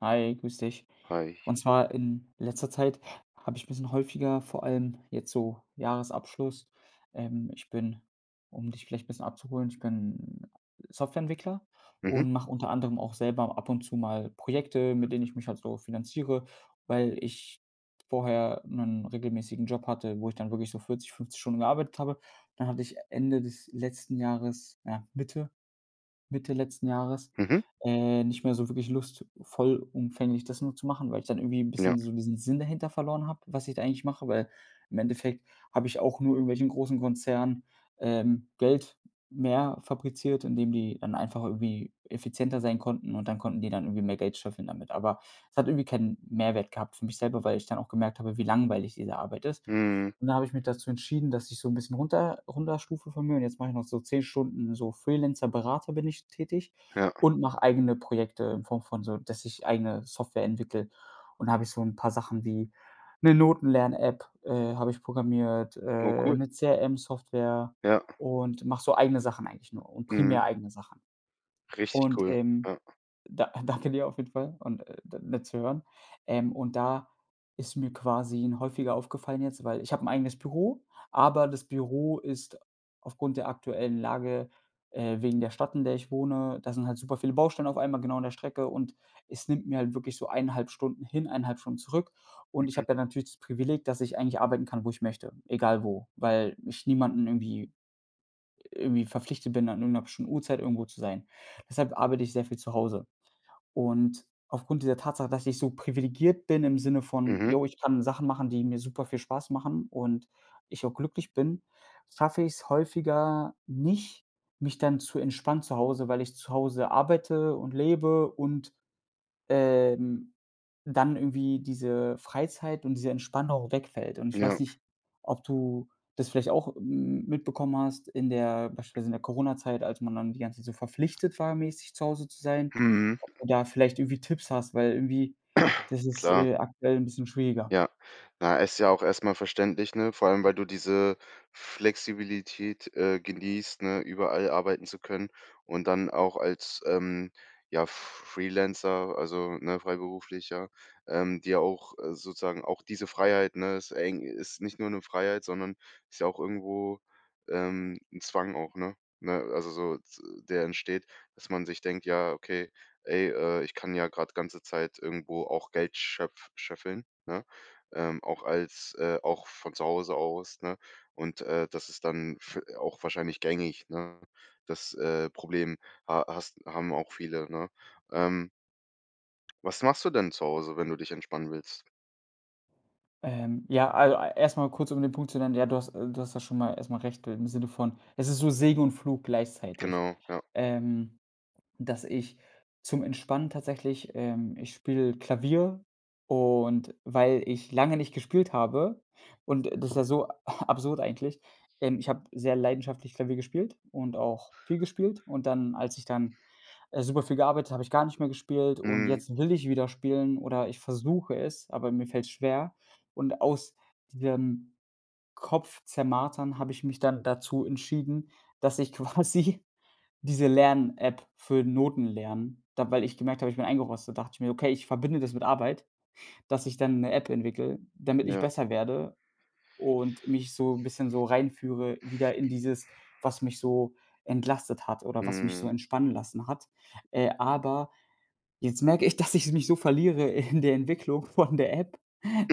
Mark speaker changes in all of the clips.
Speaker 1: Hi, grüß dich.
Speaker 2: Reich.
Speaker 1: Und zwar in letzter Zeit habe ich ein bisschen häufiger, vor allem jetzt so Jahresabschluss ich bin, um dich vielleicht ein bisschen abzuholen, ich bin Softwareentwickler
Speaker 2: Mhm,
Speaker 1: und mache unter anderem auch selber ab und zu mal Projekte, mit denen ich mich halt so finanziere, weil ich vorher einen regelmäßigen Job hatte, wo ich dann wirklich so 40, 50 Stunden gearbeitet habe. Dann hatte ich Ende des letzten Jahres, ja, Mitte Mitte letzten Jahres
Speaker 2: mhm,
Speaker 1: nicht mehr so wirklich Lust, vollumfänglich das nur zu machen, weil ich dann irgendwie ein
Speaker 2: ja.
Speaker 1: bisschen so diesen Sinn dahinter verloren habe, was ich da eigentlich mache, weil im Endeffekt habe ich auch nur irgendwelchen großen Konzernen Geld mehr fabriziert, indem die dann einfach irgendwie effizienter sein konnten und dann konnten die dann irgendwie mehr Geld scheffeln damit. Aber es hat irgendwie keinen Mehrwert gehabt für mich selber, weil ich dann auch gemerkt habe, wie langweilig diese Arbeit ist.
Speaker 2: Mhm,
Speaker 1: Und dann habe ich mich dazu entschieden, dass ich so ein bisschen runterstufe von mir, und jetzt mache ich noch so 10 Stunden, so Freelancer-Berater bin ich tätig
Speaker 2: ja.
Speaker 1: und mache eigene Projekte in Form von, so dass ich eigene Software entwickle. Und da habe ich so ein paar Sachen wie eine Notenlern-App, habe ich programmiert,
Speaker 2: Oh, cool.
Speaker 1: 'ne CRM-Software,
Speaker 2: Ja,
Speaker 1: und mache so eigene Sachen, eigentlich nur und
Speaker 2: mhm,
Speaker 1: primär eigene Sachen.
Speaker 2: richtig
Speaker 1: Und,
Speaker 2: cool. Ja,
Speaker 1: da danke dir auf jeden Fall, und, d nett zu hören. Und da ist mir quasi 'n häufiger aufgefallen jetzt, weil ich habe ein eigenes Büro, aber das Büro ist aufgrund der aktuellen Lage, wegen der Stadt, in der ich wohne, da sind halt super viele Baustellen auf einmal genau an der Strecke, und es nimmt mir halt wirklich so 1,5 Stunden hin, 1,5 Stunden zurück. Und ich habe ja natürlich das Privileg, dass ich eigentlich arbeiten kann, wo ich möchte, egal wo, weil ich niemanden irgendwie verpflichtet bin, an irgendeiner bestimmten Uhrzeit irgendwo zu sein. Deshalb arbeite ich sehr viel zu Hause. Und aufgrund dieser Tatsache, dass ich so privilegiert bin, im Sinne von:
Speaker 2: mhm,
Speaker 1: „Jo, ich kann Sachen machen, die mir super viel Spaß machen und ich auch glücklich bin“, schaffe ich es häufiger nicht, mich dann zu entspannen zu Hause, weil ich zu Hause arbeite und lebe und ähm, dann irgendwie diese Freizeit und diese Entspannung wegfällt. Und ich
Speaker 2: ja,
Speaker 1: weiß nicht, ob du das vielleicht auch, mitbekommen hast in der, beispielsweise in der Corona-Zeit, als man dann die ganze Zeit so verpflichtet war, mäßig zu Hause zu sein,
Speaker 2: mhm,
Speaker 1: ob du da vielleicht irgendwie Tipps hast, weil irgendwie das ist,
Speaker 2: klar.
Speaker 1: aktuell ein bisschen schwieriger.
Speaker 2: Ja. Na, ist ja auch erstmal verständlich, ne? Vor allem, weil du diese Flexibilität, genießt, ne, überall arbeiten zu können und dann auch als, ja, Freelancer, also, ne, Freiberuflicher, dir auch, sozusagen auch diese Freiheit, ne, ist nicht nur eine Freiheit, sondern ist ja auch irgendwo, 'n Zwang auch, ne? Ne, also so z der entsteht, dass man sich denkt: „Ja, okay, ey, ich kann ja gerade ganze Zeit irgendwo auch Geld schöpf scheffeln", ne? Auch als auch von zu Hause aus, ne? Und, das ist dann v auch wahrscheinlich gängig, ne? Das, Problem ha hast haben auch viele, ne? Ähm, was machst du denn zu Hause, wenn du dich entspannen willst?
Speaker 1: Ja, also, erst mal kurz, um den Punkt zu nennen, ja, du hast, du hast da schon mal erstmal mal recht, im Sinne von, es ist so Segen und Fluch gleichzeitig.
Speaker 2: Genau, ja.
Speaker 1: Ähm Dass ich zum Entspannen tatsächlich, ich spiele Klavier, und weil ich lange nicht gespielt habe, und das ist ja so absurd eigentlich, ich habe sehr leidenschaftlich Klavier gespielt und auch viel gespielt, und dann, als ich dann, super viel gearbeitet habe, ich gar nicht mehr gespielt, und
Speaker 2: Mhm,
Speaker 1: jetzt will ich wieder spielen oder ich versuche es, aber mir fällt schwer, und aus diesem Kopfzermartern habe ich mich dann dazu entschieden, dass ich quasi diese Lern-App für Notenlernen, da weil ich gemerkt habe, ich bin eingerostet, dachte ich mir: „Okay, ich verbinde das mit Arbeit, dass ich dann eine App entwickle, damit ich
Speaker 2: ja,
Speaker 1: besser werde und mich so 'n bisschen so reinführe wieder in dieses, was mich so entlastet hat oder was mich so
Speaker 2: mhm,
Speaker 1: entspannen lassen hat.“ Aber jetzt merke ich, dass ich mich so verliere in der Entwicklung von der App,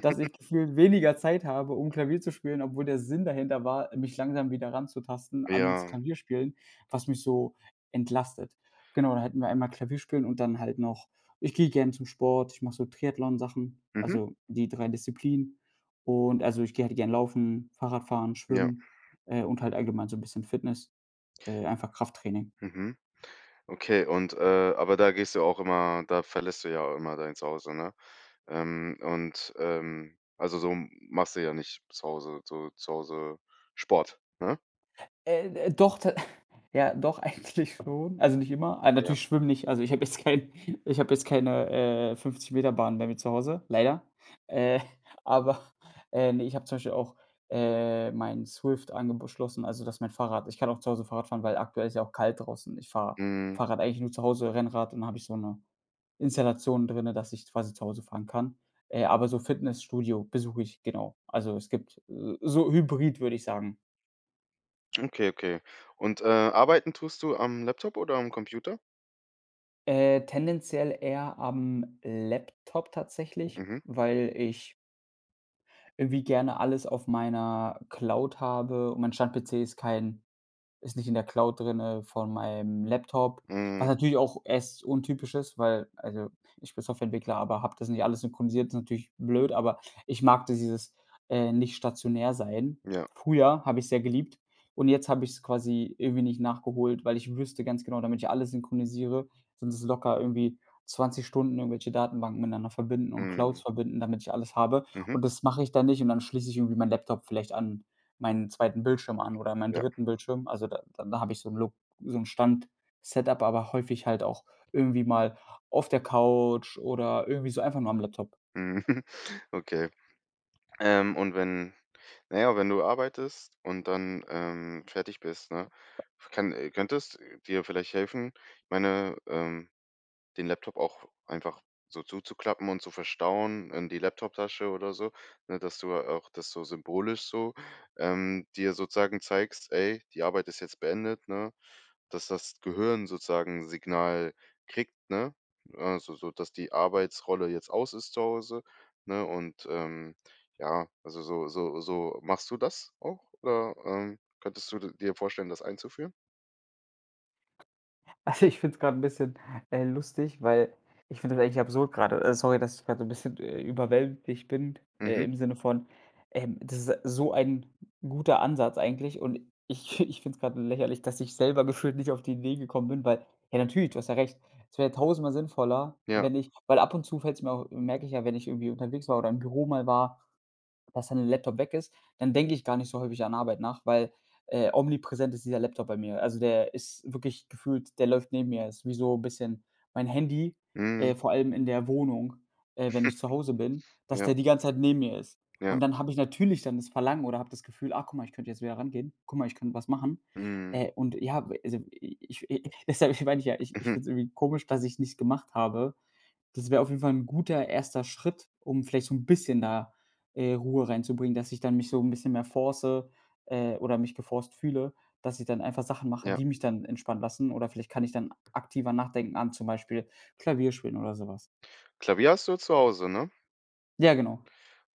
Speaker 1: dass ich gefühlt weniger Zeit habe, um Klavier zu spielen, obwohl der Sinn dahinter war, mich langsam wieder ranzutasten ans
Speaker 2: ja,
Speaker 1: Klavierspielen, was mich so entlastet. Genau, da hätten wir einmal Klavierspielen, und dann halt noch, ich gehe gern zum Sport, ich mache so Triathlon-Sachen,
Speaker 2: mhm,
Speaker 1: also die 3 Disziplinen. Und also, ich gehe halt gern laufen, Fahrradfahren,
Speaker 2: ja,
Speaker 1: schwimmen, und halt allgemein so ein bisschen Fitness, einfach Krafttraining.
Speaker 2: mhm. Okay, und, aber da verlässt du ja immer dein Zuhause, ne? Und also, so machst du ja nicht zu Hause Sport, ne?
Speaker 1: Doch, ta Ja, doch, eigentlich schon. Also, nicht immer. Ah,
Speaker 2: Ja.
Speaker 1: natürlich schwimmen nicht. Also, ich habe jetzt kein ich habe jetzt keine, 50 Meter Bahn bei mir zu Hause, leider. Äh, aber, ne, ich habe zum Beispiel auch, mein Swift angeb schlossen, also, dass mein Fahrrad, ich kann auch zu Hause Fahrrad fahren, weil aktuell ist ja auch kalt draußen. Ich fahre
Speaker 2: Mhm.
Speaker 1: Fahrrad eigentlich nur zu Hause, Rennrad, und dann habe ich so eine Installation drinne, dass ich quasi zu Hause fahren kann. Aber so Fitnessstudio besuche ich, genau. Also, es gibt, so Hybrid, würde ich sagen.
Speaker 2: Okay, okay. Und, arbeiten tust du am Laptop oder am Computer?
Speaker 1: Tendenziell eher am Laptop tatsächlich,
Speaker 2: Mhm.
Speaker 1: weil ich irgendwie gerne alles auf meiner Cloud habe, und mein Stand-PC ist kein ist nicht in der Cloud drinne von meinem Laptop, was
Speaker 2: Mhm.
Speaker 1: natürlich auch erst untypisch ist, weil also, ich bin Softwareentwickler, aber habe das nicht alles synchronisiert, ist natürlich blöd, aber ich mag dieses, nicht stationär sein.
Speaker 2: Ja.
Speaker 1: Früher habe ich's sehr geliebt, und jetzt habe ich es quasi irgendwie nicht nachgeholt, weil ich wüsste ganz genau, damit ich alles synchronisiere, sind es locker irgendwie 20 Stunden irgendwelche Datenbanken miteinander verbinden und
Speaker 2: Mhm.
Speaker 1: Clouds verbinden, damit ich alles habe.
Speaker 2: Mhm.
Speaker 1: Und das mache ich dann nicht, und dann schließe ich irgendwie meinen Laptop vielleicht an meinen zweiten Bildschirm an oder meinen
Speaker 2: Ja.
Speaker 1: dritten Bildschirm. Also, da dann habe ich so ein Lo so 'n Stand-Setup, aber häufig halt auch irgendwie mal auf der Couch oder irgendwie so einfach nur am Laptop.
Speaker 2: Mhm. Okay. Und wenn naja, wenn du arbeitest und dann, fertig bist, ne, kann könntest dir vielleicht helfen? Ich meine, den Laptop auch einfach so zuzuklappen und zu verstauen in die Laptoptasche oder so, ne, dass du auch das so symbolisch so, dir sozusagen zeigst: „Ey, die Arbeit ist jetzt beendet", ne? Dass das Gehirn sozusagen 'n Signal kriegt, ne? Also, so, dass die Arbeitsrolle jetzt aus ist zu Hause, ne? Und, ja, also so machst du das auch oder, könntest du dir vorstellen, das einzuführen?
Speaker 1: Also, ich finde es grad 'n bisschen, lustig, weil ich finde das eigentlich absurd gerade. Sorry, dass ich gerade so ein bisschen, überwältigt bin,
Speaker 2: Mhm.
Speaker 1: im Sinne von, das ist so ein guter Ansatz eigentlich, und ich ich finde es grad lächerlich, dass ich selber gefühlt nicht auf die Idee gekommen bin, weil, ja, natürlich, du hast ja recht. Es wäre tausendmal sinnvoller,
Speaker 2: Ja.
Speaker 1: wenn ich, weil ab und zu fällt's mir auch, merke ich ja, wenn ich irgendwie unterwegs war oder im Büro mal war, dass dann der Laptop weg ist, dann denke ich gar nicht so häufig an Arbeit nach, weil, omnipräsent ist dieser Laptop bei mir. Also, der ist wirklich gefühlt, der läuft neben mir. Ist wie so 'n bisschen mein Handy,
Speaker 2: Mhm.
Speaker 1: vor allem in der Wohnung, wenn ich zu Hause bin, dass
Speaker 2: Ja,
Speaker 1: der die ganze Zeit neben mir ist. Und
Speaker 2: ja.
Speaker 1: dann habe ich natürlich dann das Verlangen oder habe das Gefühl: „Ah, guck mal, ich könnte jetzt wieder rangehen. Guck mal, ich könnte was machen.“
Speaker 2: Mhm. Mhm.
Speaker 1: Und ja, also, i ich deshalb meine ich ja, ich finde es irgendwie komisch, dass ich's nicht gemacht habe. Das wäre auf jeden Fall 'n guter erster Schritt, um vielleicht so 'n bisschen da, Ruhe reinzubringen, dass ich dann mich so 'n bisschen mehr force, oder mich geforst fühle, dass ich dann einfach Sachen mache,
Speaker 2: Ja.
Speaker 1: die mich dann entspannen lassen, oder vielleicht kann ich dann aktiver nachdenken an zum Beispiel Klavier spielen oder so was.
Speaker 2: Klavier hast du zu Hause, ne?
Speaker 1: Ja, genau.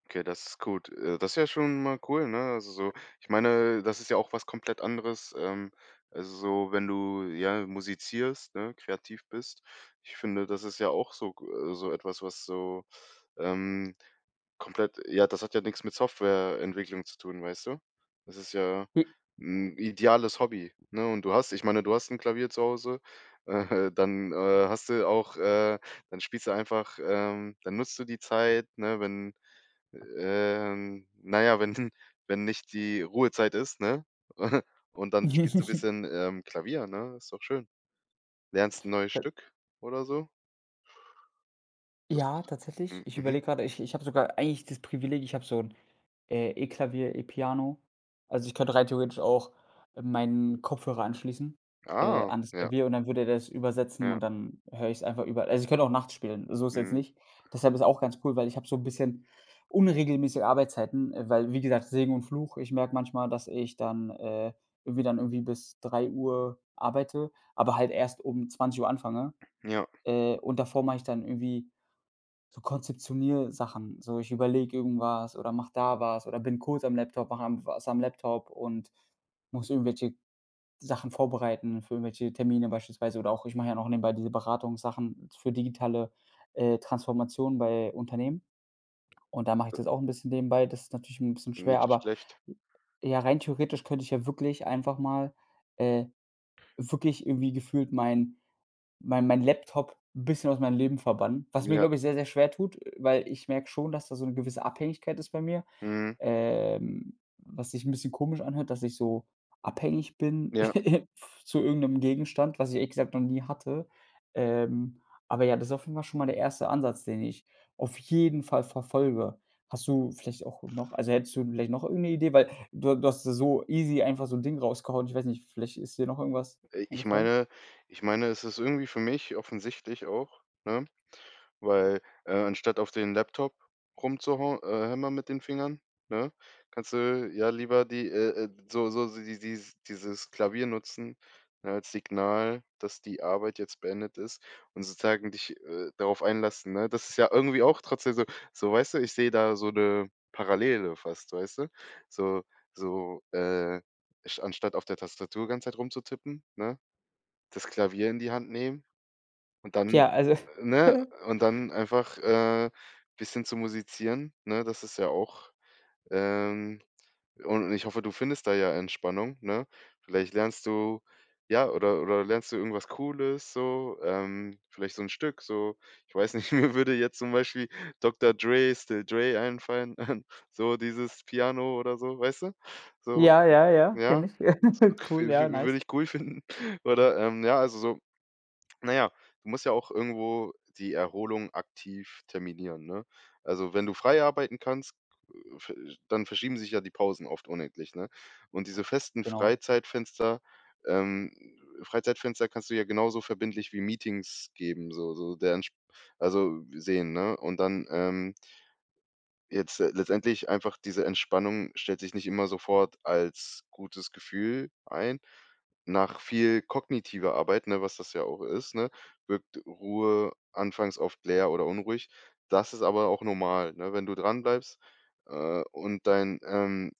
Speaker 2: Okay, das ist gut. Das ist ja schon mal cool, ne? Also so ich meine, das ist ja auch was komplett anderes, also so, wenn du, ja, musizierst, ne, kreativ bist. Ich finde, das ist ja auch so so etwas, was so, ähm Komplett ja, das hat ja nichts mit Softwareentwicklung zu tun, weißt du? Das ist ja
Speaker 1: J
Speaker 2: 'n ideales Hobby, ne? Und du hast ich meine, du hast 'n Klavier zu Hause, äh, dann, äh, hast du auch äh, dann spielst du einfach, dann nutzt du die Zeit, ne, wenn, na ja, wenn wenn nicht die Ruhezeit ist, ne? Und dann spielst du bisschen, Klavier, ne? Ist doch schön. Lernst 'n neues Stück oder so? Das
Speaker 1: Ja, tatsächlich.
Speaker 2: mhm,
Speaker 1: Ich
Speaker 2: mhm.
Speaker 1: überlege gerade, ich habe sogar eigentlich das Privileg, ich habe so ein E-Klavier, E-Piano. Also, ich könnte rein theoretisch auch meinen Kopfhörer anschließen,
Speaker 2: Ah,
Speaker 1: an das
Speaker 2: ja,
Speaker 1: Klavier, und dann würde der das übersetzen,
Speaker 2: ja,
Speaker 1: und dann höre ich es einfach überall. Also, ich könnte auch nachts spielen, so ist jetzt
Speaker 2: mhm,
Speaker 1: nicht. Deshalb ist auch ganz cool, weil ich habe so ein bisschen unregelmäßige Arbeitszeiten, weil, wie gesagt, Segen und Fluch. Ich merke manchmal, dass ich dann, irgendwie bis 3 Uhr arbeite, aber halt erst um 20 Uhr anfange,
Speaker 2: ja.
Speaker 1: und davor mache ich dann irgendwie so konzeptioniere Sachen. So, ich überlege irgendwas oder mach da was oder bin kurz am Laptop, mache am was am Laptop, und muss irgendwelche Sachen vorbereiten für irgendwelche Termine beispielsweise, oder auch, ich mache ja noch nebenbei diese Beratungssachen für digitale, Transformation bei Unternehmen, und da mache ich das auch ein bisschen nebenbei. Das ist natürlich ein bisschen schwer,
Speaker 2: Nicht
Speaker 1: aber
Speaker 2: schlecht.
Speaker 1: ja, rein theoretisch könnte ich ja wirklich einfach mal, äh wirklich irgendwie gefühlt mein mein Laptop 'n bisschen aus meinem Leben verbannen, was mir,
Speaker 2: Ja,
Speaker 1: glaube ich, sehr, sehr schwer tut, weil ich merke schon, dass da so eine gewisse Abhängigkeit ist bei mir,
Speaker 2: mhm.
Speaker 1: was sich ein bisschen komisch anhört, dass ich so abhängig bin
Speaker 2: Ja,
Speaker 1: zu irgendeinem Gegenstand, was ich ehrlich gesagt noch nie hatte. Ähm, aber ja, das ist auf jeden Fall schon mal der erste Ansatz, den ich auf jeden Fall verfolge. Hast du vielleicht auch noch, also, hättest du vielleicht noch irgendeine Idee? Weil du hast so easy einfach so 'n Ding rausgehauen. Ich weiß nicht, vielleicht ist dir noch irgendwas
Speaker 2: äh, ich
Speaker 1: eingefallen?
Speaker 2: meine ich meine, es ist irgendwie für mich offensichtlich auch, ne? Weil, anstatt auf den Laptop rumzuhau hämmern mit den Fingern, ne, kannst du ja lieber die so dieses Klavier nutzen, ne, als Signal, dass die Arbeit jetzt beendet ist und sozusagen dich, darauf einlassen, ne? Das ist ja irgendwie auch trotzdem so, weißt du, ich sehe da so eine Parallele fast, weißt du? So so, sch anstatt auf der Tastatur ganze Zeit rumzutippen, ne, das Klavier in die Hand nehmen und dann
Speaker 1: Tja, also
Speaker 2: ne? Und dann einfach, bisschen zu musizieren, ne? Das ist ja auch ähm, und ich hoffe, du findest da ja Entspannung, ne? Vielleicht lernst du ja, oder lernst du irgendwas Cooles so, vielleicht so ein Stück, so ich weiß nicht, mir würde jetzt zum Beispiel Dr. Dre, Still Dre einfallen, so dieses Piano oder so, weißt du? So,
Speaker 1: Ja, ja, ja,
Speaker 2: ja,
Speaker 1: kenne ich.
Speaker 2: so,
Speaker 1: Cool, ja,
Speaker 2: würde
Speaker 1: nice.
Speaker 2: ich cool finden oder, ja, also so na ja, du musst ja auch irgendwo die Erholung aktiv terminieren, ne? Also, wenn du frei arbeiten kannst, äh, ver dann verschieben sich ja die Pausen oft unendlich, ne? Und diese festen
Speaker 1: Genau.
Speaker 2: Ähm, Freizeitfenster kannst du ja genauso verbindlich wie Meetings geben, so der Entsp also sehen, ne? Jetzt, letztendlich einfach diese Entspannung stellt sich nicht immer sofort als gutes Gefühl ein. Nach viel kognitiver Arbeit, ne, was das ja auch ist, ne, wirkt Ruhe anfangs oft leer oder unruhig. Das ist aber auch normal, ne? Wenn du dranbleibst, und dein,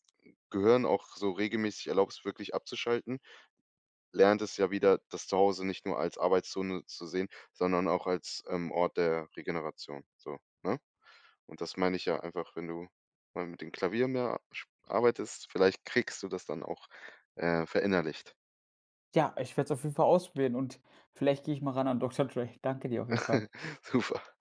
Speaker 2: Gehirn auch so regelmäßig erlaubst, wirklich abzuschalten, lernt es ja wieder, das Zuhause nicht nur als Arbeitszone zu sehen, sondern auch als, Ort der Regeneration, so, ne? Und das meine ich ja einfach, wenn du mal mit dem Klavier mehr sch arbeitest, vielleicht kriegst du das dann auch, verinnerlicht.
Speaker 1: Ja, ich werde es auf jeden Fall ausprobieren, und vielleicht gehe ich mal ran an Dr. Dre. Danke dir auf jeden Fall.
Speaker 2: Super.